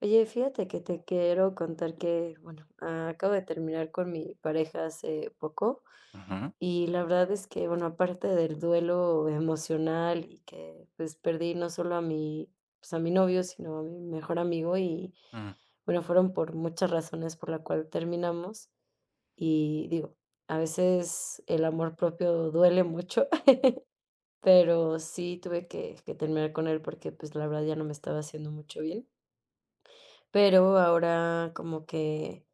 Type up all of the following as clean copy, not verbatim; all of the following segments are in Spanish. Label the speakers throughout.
Speaker 1: Oye, fíjate que te quiero contar que, bueno, acabo de terminar con mi pareja hace poco
Speaker 2: Ujú,
Speaker 1: y la verdad es que, bueno, aparte del duelo emocional y que pues perdí no solo a mi, pues a mi novio, sino a mi mejor amigo y
Speaker 2: mm,
Speaker 1: bueno, fueron por muchas razones por la cual terminamos y digo, a veces el amor propio duele mucho, pero sí tuve que terminar con él porque pues la verdad ya no me estaba haciendo mucho bien, pero ahora como que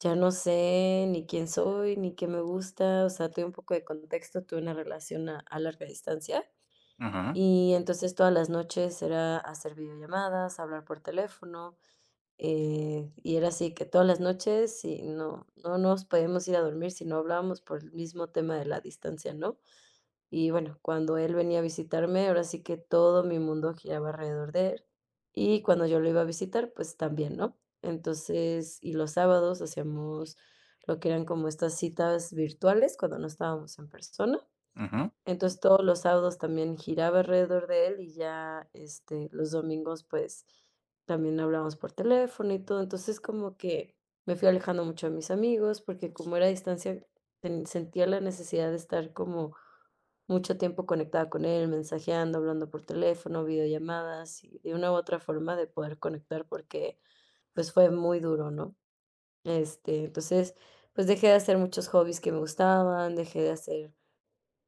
Speaker 1: ya no sé ni quién soy, ni qué me gusta. O sea, tuve un poco de contexto, tuve una relación a larga distancia,
Speaker 2: ujú,
Speaker 1: y entonces todas las noches era hacer videollamadas, hablar por teléfono, y era así que todas las noches y no nos podíamos ir a dormir si no hablábamos por el mismo tema de la distancia, ¿no? Y bueno, cuando él venía a visitarme, ahora sí que todo mi mundo giraba alrededor de él. Y cuando yo lo iba a visitar, pues también, ¿no? Entonces, y los sábados hacíamos lo que eran como estas citas virtuales cuando no estábamos en persona.
Speaker 2: ujú,
Speaker 1: Entonces, todos los sábados también giraba alrededor de él y ya, este, los domingos, pues, también hablábamos por teléfono y todo. Entonces, como que me fui alejando mucho de mis amigos, porque como era a distancia, ten sentía la necesidad de estar como mucho tiempo conectada con él, mensajeando, hablando por teléfono, videollamadas, y de una u otra forma de poder conectar, porque, pues, fue muy duro, ¿no? Este, entonces, pues, dejé de hacer muchos hobbies que me gustaban, dejé de hacer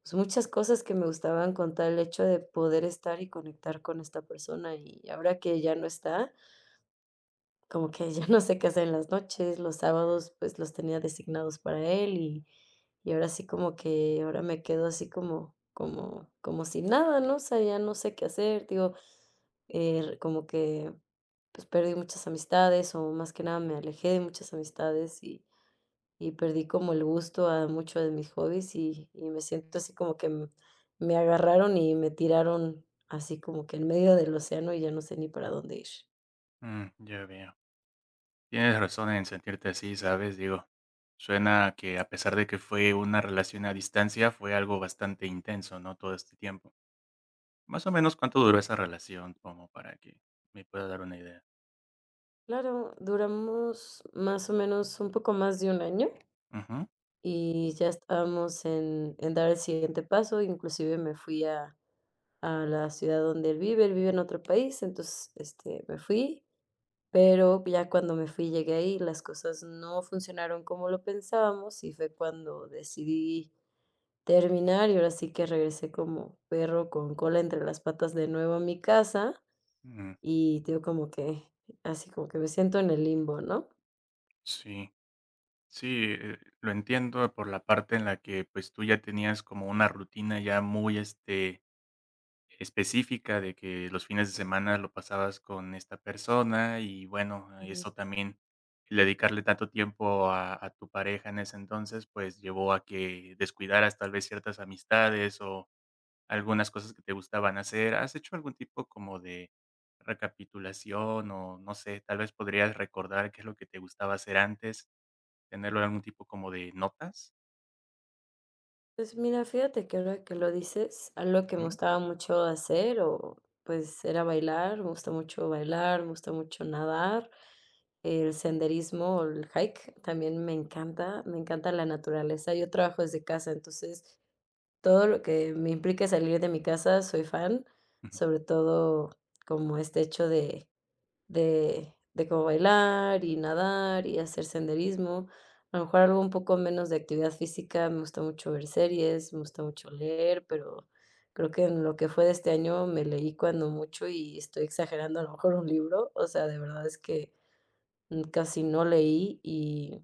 Speaker 1: pues, muchas cosas que me gustaban con tal hecho de poder estar y conectar con esta persona, y ahora que ya no está, como que ya no sé qué hacer en las noches, los sábados, pues, los tenía designados para él, y ahora sí como que ahora me quedo así como como sin nada, ¿no? O sea, ya no sé qué hacer, digo, como que, pues, perdí muchas amistades, o más que nada me alejé de muchas amistades, y perdí como el gusto a muchos de mis hobbies y me siento así como que m me agarraron y me tiraron así como que en medio del océano y ya no sé ni para dónde ir.
Speaker 2: mm, ya veo. Tienes razón en sentirte así, ¿sabes? Digo, suena que a pesar de que fue una relación a distancia, fue algo bastante intenso, ¿no? Todo este tiempo. Más o menos, ¿cuánto duró
Speaker 1: Sí.
Speaker 2: esa relación? Como para que me pueda dar una idea.
Speaker 1: Claro, duramos más o menos un poco más de un año
Speaker 2: Ujú,
Speaker 1: y ya estábamos en dar el siguiente paso, inclusive me fui a la ciudad donde él vive en otro país, entonces, este, me fui. Pero ya cuando me fui, llegué ahí, las cosas no funcionaron como lo pensábamos y fue cuando decidí terminar y ahora sí que regresé como perro con cola entre las patas de nuevo a mi casa
Speaker 2: mm,
Speaker 1: y te digo como que así como que me siento en el limbo, ¿no?
Speaker 2: sí, sí, lo entiendo por la parte en la que pues tú ya tenías como una rutina ya muy, específica de que los fines de semana lo pasabas con esta persona y bueno, eso también, el dedicarle tanto tiempo a tu pareja en ese entonces, pues llevó a que descuidaras tal vez ciertas amistades o algunas cosas que te gustaban hacer. ¿Has hecho algún tipo como de recapitulación o no sé, tal vez podrías recordar qué es lo que te gustaba hacer antes, tenerlo en algún tipo como de notas?
Speaker 1: Pues mira, fíjate que ahora que lo dices, algo que me
Speaker 2: ¿Mm?
Speaker 1: gustaba mucho hacer o pues era bailar, me gusta mucho bailar, me gusta mucho nadar, el senderismo, o el hike, también me encanta la naturaleza. Yo trabajo desde casa, entonces todo lo que me implica salir de mi casa, soy fan, sobre todo como este hecho de como bailar y nadar y hacer senderismo. A lo mejor algo un poco menos de actividad física, me gusta mucho ver series, me gusta mucho leer, pero creo que en lo que fue de este año me leí cuando mucho y estoy exagerando, a lo mejor un libro, o sea, de verdad es que, casi no leí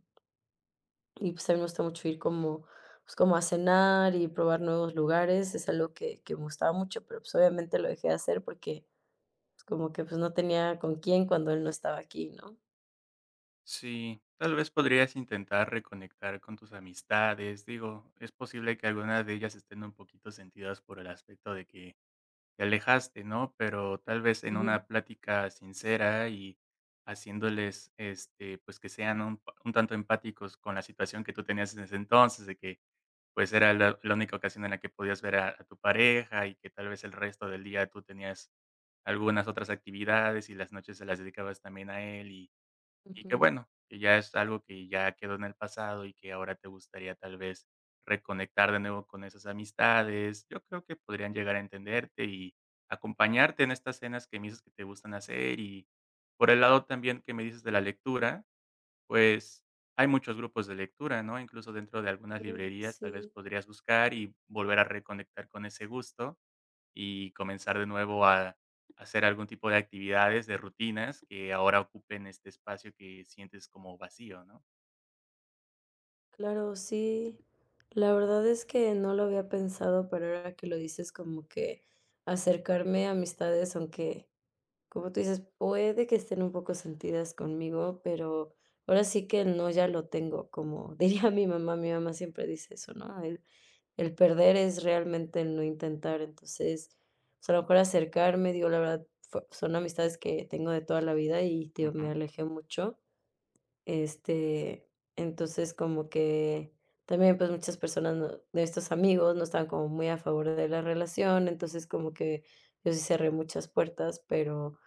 Speaker 1: y, pues, a mí me gusta mucho ir como, pues, como a cenar y probar nuevos lugares, es algo que me gustaba mucho, pero, pues, obviamente lo dejé de hacer porque, pues, como que, pues, no tenía con quién cuando él no estaba aquí, ¿no?
Speaker 2: Sí, tal vez podrías intentar reconectar con tus amistades. Digo, es posible que algunas de ellas estén un poquito sentidas por el aspecto de que te alejaste, ¿no? Pero tal vez en
Speaker 1: Ujú,
Speaker 2: una plática sincera y haciéndoles, pues que sean un, pa- un tanto empáticos con la situación que tú tenías en ese entonces, de que pues era la, la única ocasión en la que podías ver a tu pareja y que tal vez el resto del día tú tenías algunas otras actividades y las noches se las dedicabas también a él y que
Speaker 1: ujú.
Speaker 2: bueno, que ya es algo que ya quedó en el pasado y que ahora te gustaría tal vez reconectar de nuevo con esas amistades. Yo creo que podrían llegar a entenderte y acompañarte en estas cenas que me dices que te gustan hacer. Y por el lado también que me dices de la lectura, pues hay muchos grupos de lectura, ¿no? Incluso dentro de algunas
Speaker 1: Mm,
Speaker 2: librerías tal vez
Speaker 1: sí,
Speaker 2: podrías buscar y volver a reconectar con ese gusto y comenzar de nuevo a hacer algún tipo de actividades, de rutinas que ahora ocupen este espacio que sientes como vacío, ¿no?
Speaker 1: claro, sí. La verdad es que no lo había pensado, pero ahora que lo dices, como que acercarme a amistades, aunque, como tú dices, puede que estén un poco sentidas conmigo, pero ahora sí que el no ya lo tengo, como diría mi mamá siempre dice eso, ¿no? El perder es realmente el no intentar, entonces, o sea, a lo mejor acercarme, digo, la verdad, fue- son amistades que tengo de toda la vida y, tío, me
Speaker 2: Ujú,
Speaker 1: alejé mucho. Este, entonces como que también, pues, muchas personas no de estos amigos no estaban como muy a favor de la relación, entonces como que yo sí cerré muchas puertas, pero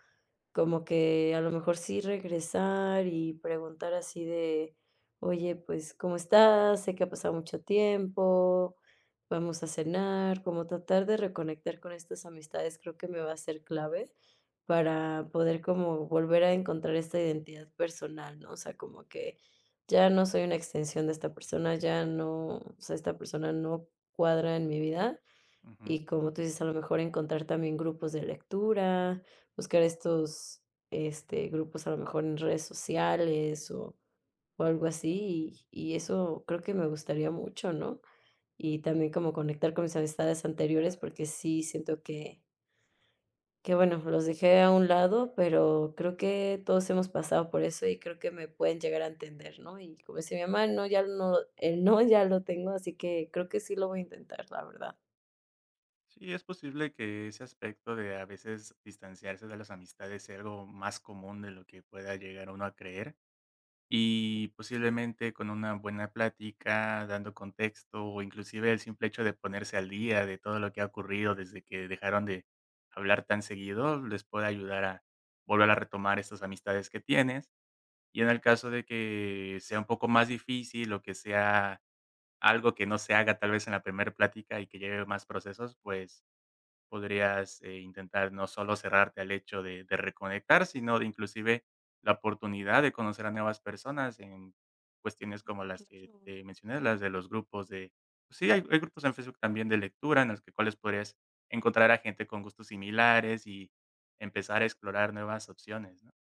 Speaker 1: como que a lo mejor sí regresar y preguntar así de: "Oye, pues, ¿cómo estás? Sé que ha pasado mucho tiempo, vamos a cenar", como tratar de reconectar con estas amistades, creo que me va a ser clave para poder como volver a encontrar esta identidad personal, ¿no? O sea, como que ya no soy una extensión de esta persona, ya no, o sea, esta persona no cuadra en mi vida
Speaker 2: ujú.
Speaker 1: y como tú dices, a lo mejor encontrar también grupos de lectura, buscar estos, este, grupos a lo mejor en redes sociales o algo así, y eso creo que me gustaría mucho, ¿no? Y también como conectar con mis amistades anteriores, porque sí siento que bueno, los dejé a un lado, pero creo que todos hemos pasado por eso y creo que me pueden llegar a entender, ¿no? Y como dice mi mamá, no, ya no, el no ya lo tengo, así que creo que sí lo voy a intentar, la verdad.
Speaker 2: Sí, es posible que ese aspecto de a veces distanciarse de las amistades sea algo más común de lo que pueda llegar uno a creer. Y posiblemente con una buena plática, dando contexto, o inclusive el simple hecho de ponerse al día de todo lo que ha ocurrido desde que dejaron de hablar tan seguido, les puede ayudar a volver a retomar estas amistades que tienes. Y en el caso de que sea un poco más difícil o que sea algo que no se haga tal vez en la primera plática y que lleve más procesos, pues podrías intentar no solo cerrarte al hecho de reconectar, sino de inclusive la oportunidad de conocer a nuevas personas en cuestiones como
Speaker 1: Ah,
Speaker 2: las que
Speaker 1: claro.
Speaker 2: te mencioné, las de los grupos de pues sí, hay grupos en Facebook también de lectura en los que cuales podrías encontrar a gente con gustos similares y empezar a explorar nuevas opciones, ¿no?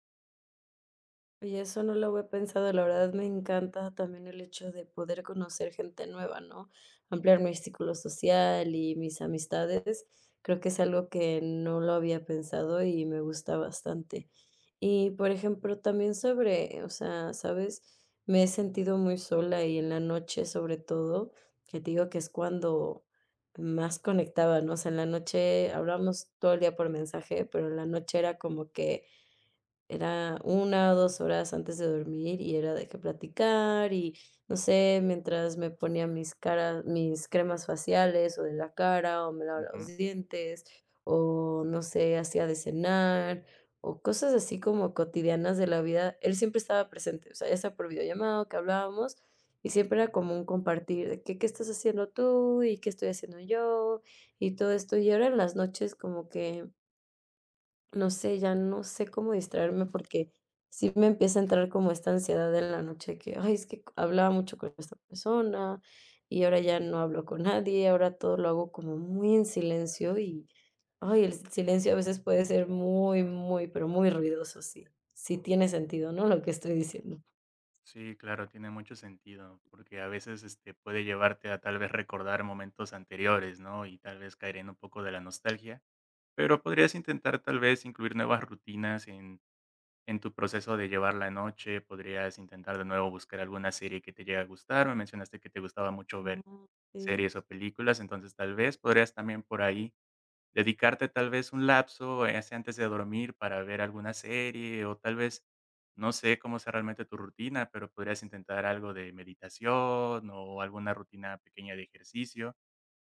Speaker 1: Oye, eso no lo había pensado, la verdad me encanta también el hecho de poder conocer gente nueva, ¿no? Ampliar mi círculo social y mis amistades, creo que es algo que no lo había pensado y me gusta bastante. Y, por ejemplo, también sobre, o sea, ¿sabes? Me he sentido muy sola y en la noche, sobre todo, que te digo que es cuando más conectaba, ¿no? O sea, en la noche hablábamos todo el día por mensaje, pero en la noche era como que era una o dos horas antes de dormir y era de que platicar y, no sé, mientras me ponía mis caras, mis cremas faciales o de la cara o me lavaba los
Speaker 2: Ujú.
Speaker 1: dientes o, no sé, hacía de cenar o cosas así como cotidianas de la vida. Él siempre estaba presente, o sea, ya sea por videollamado que hablábamos y siempre era como un compartir de que, qué estás haciendo tú y qué estoy haciendo yo y todo esto. Y ahora en las noches como que no sé, ya no sé cómo distraerme porque sí me empieza a entrar como esta ansiedad en la noche que, ay, es que hablaba mucho con esta persona y ahora ya no hablo con nadie, ahora todo lo hago como muy en silencio y, ay, el silencio a veces puede ser muy, muy, pero muy ruidoso, sí. Sí tiene sentido, ¿no? Lo que estoy diciendo.
Speaker 2: Sí, claro, tiene mucho sentido, porque a veces, puede llevarte a tal vez recordar momentos anteriores, ¿no? Y tal vez caer en un poco de la nostalgia. Pero podrías intentar tal vez incluir nuevas rutinas en tu proceso de llevar la noche, podrías intentar de nuevo buscar alguna serie que te llegue a gustar, me mencionaste que te gustaba mucho ver
Speaker 1: Mm, sí.
Speaker 2: series o películas, entonces tal vez podrías también por ahí dedicarte tal vez un lapso, sea antes de dormir para ver alguna serie o tal vez, no sé cómo sea realmente tu rutina, pero podrías intentar algo de meditación o alguna rutina pequeña de ejercicio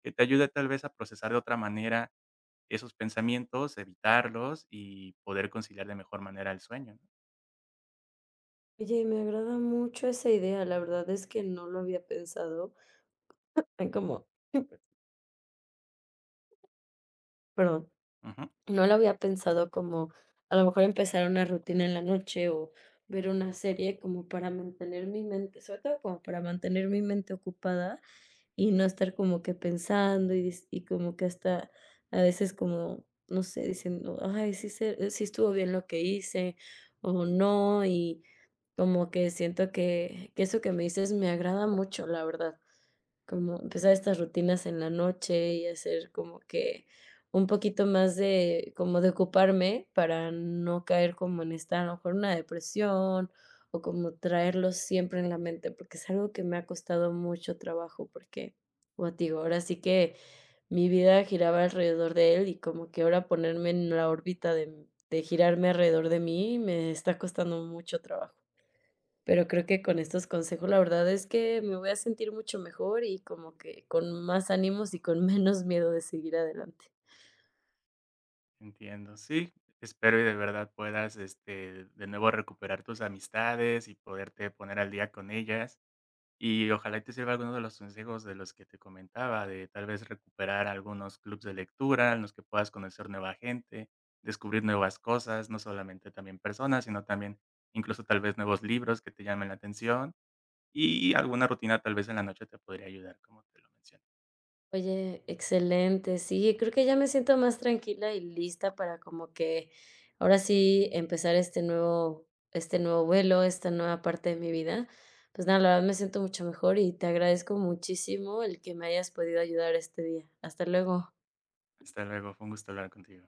Speaker 2: que te ayude tal vez a procesar de otra manera esos pensamientos, evitarlos y poder conciliar de mejor manera el sueño, ¿no?
Speaker 1: Oye, me agrada mucho esa idea, la verdad es que no lo había pensado. Ay, como, perdón.
Speaker 2: Ujú,
Speaker 1: No lo había pensado como a lo mejor empezar una rutina en la noche o ver una serie como para mantener mi mente, sobre todo como para mantener mi mente ocupada y no estar como que pensando y, dis- y como que hasta a veces como, no sé, diciendo, ay, sí, se, sí estuvo bien lo que hice o no, y como que siento que eso que me dices me agrada mucho, la verdad. Como empezar estas rutinas en la noche y hacer como que un poquito más de como de ocuparme para no caer como en esta, a lo mejor, una depresión o como traerlo siempre en la mente, porque es algo que me ha costado mucho trabajo, porque, como te digo, ahora sí que mi vida giraba alrededor de él y como que ahora ponerme en la órbita de girarme alrededor de mí me está costando mucho trabajo. Pero creo que con estos consejos, la verdad es que me voy a sentir mucho mejor y como que con más ánimos y con menos miedo de seguir adelante.
Speaker 2: entiendo. Sí, espero y de verdad puedas, de nuevo recuperar tus amistades y poderte poner al día con ellas. Y ojalá y te sirva alguno de los consejos de los que te comentaba, de tal vez recuperar algunos clubs de lectura en los que puedas conocer nueva gente, descubrir nuevas cosas, no solamente también personas, sino también incluso tal vez nuevos libros que te llamen la atención y alguna rutina tal vez en la noche te podría ayudar, como te lo mencioné.
Speaker 1: Oye, excelente. Sí, creo que ya me siento más tranquila y lista para como que ahora sí empezar este nuevo vuelo, esta nueva parte de mi vida. Pues nada, la verdad me siento mucho mejor y te agradezco muchísimo el que me hayas podido ayudar este día. Hasta luego.
Speaker 2: Hasta luego, fue un gusto hablar contigo.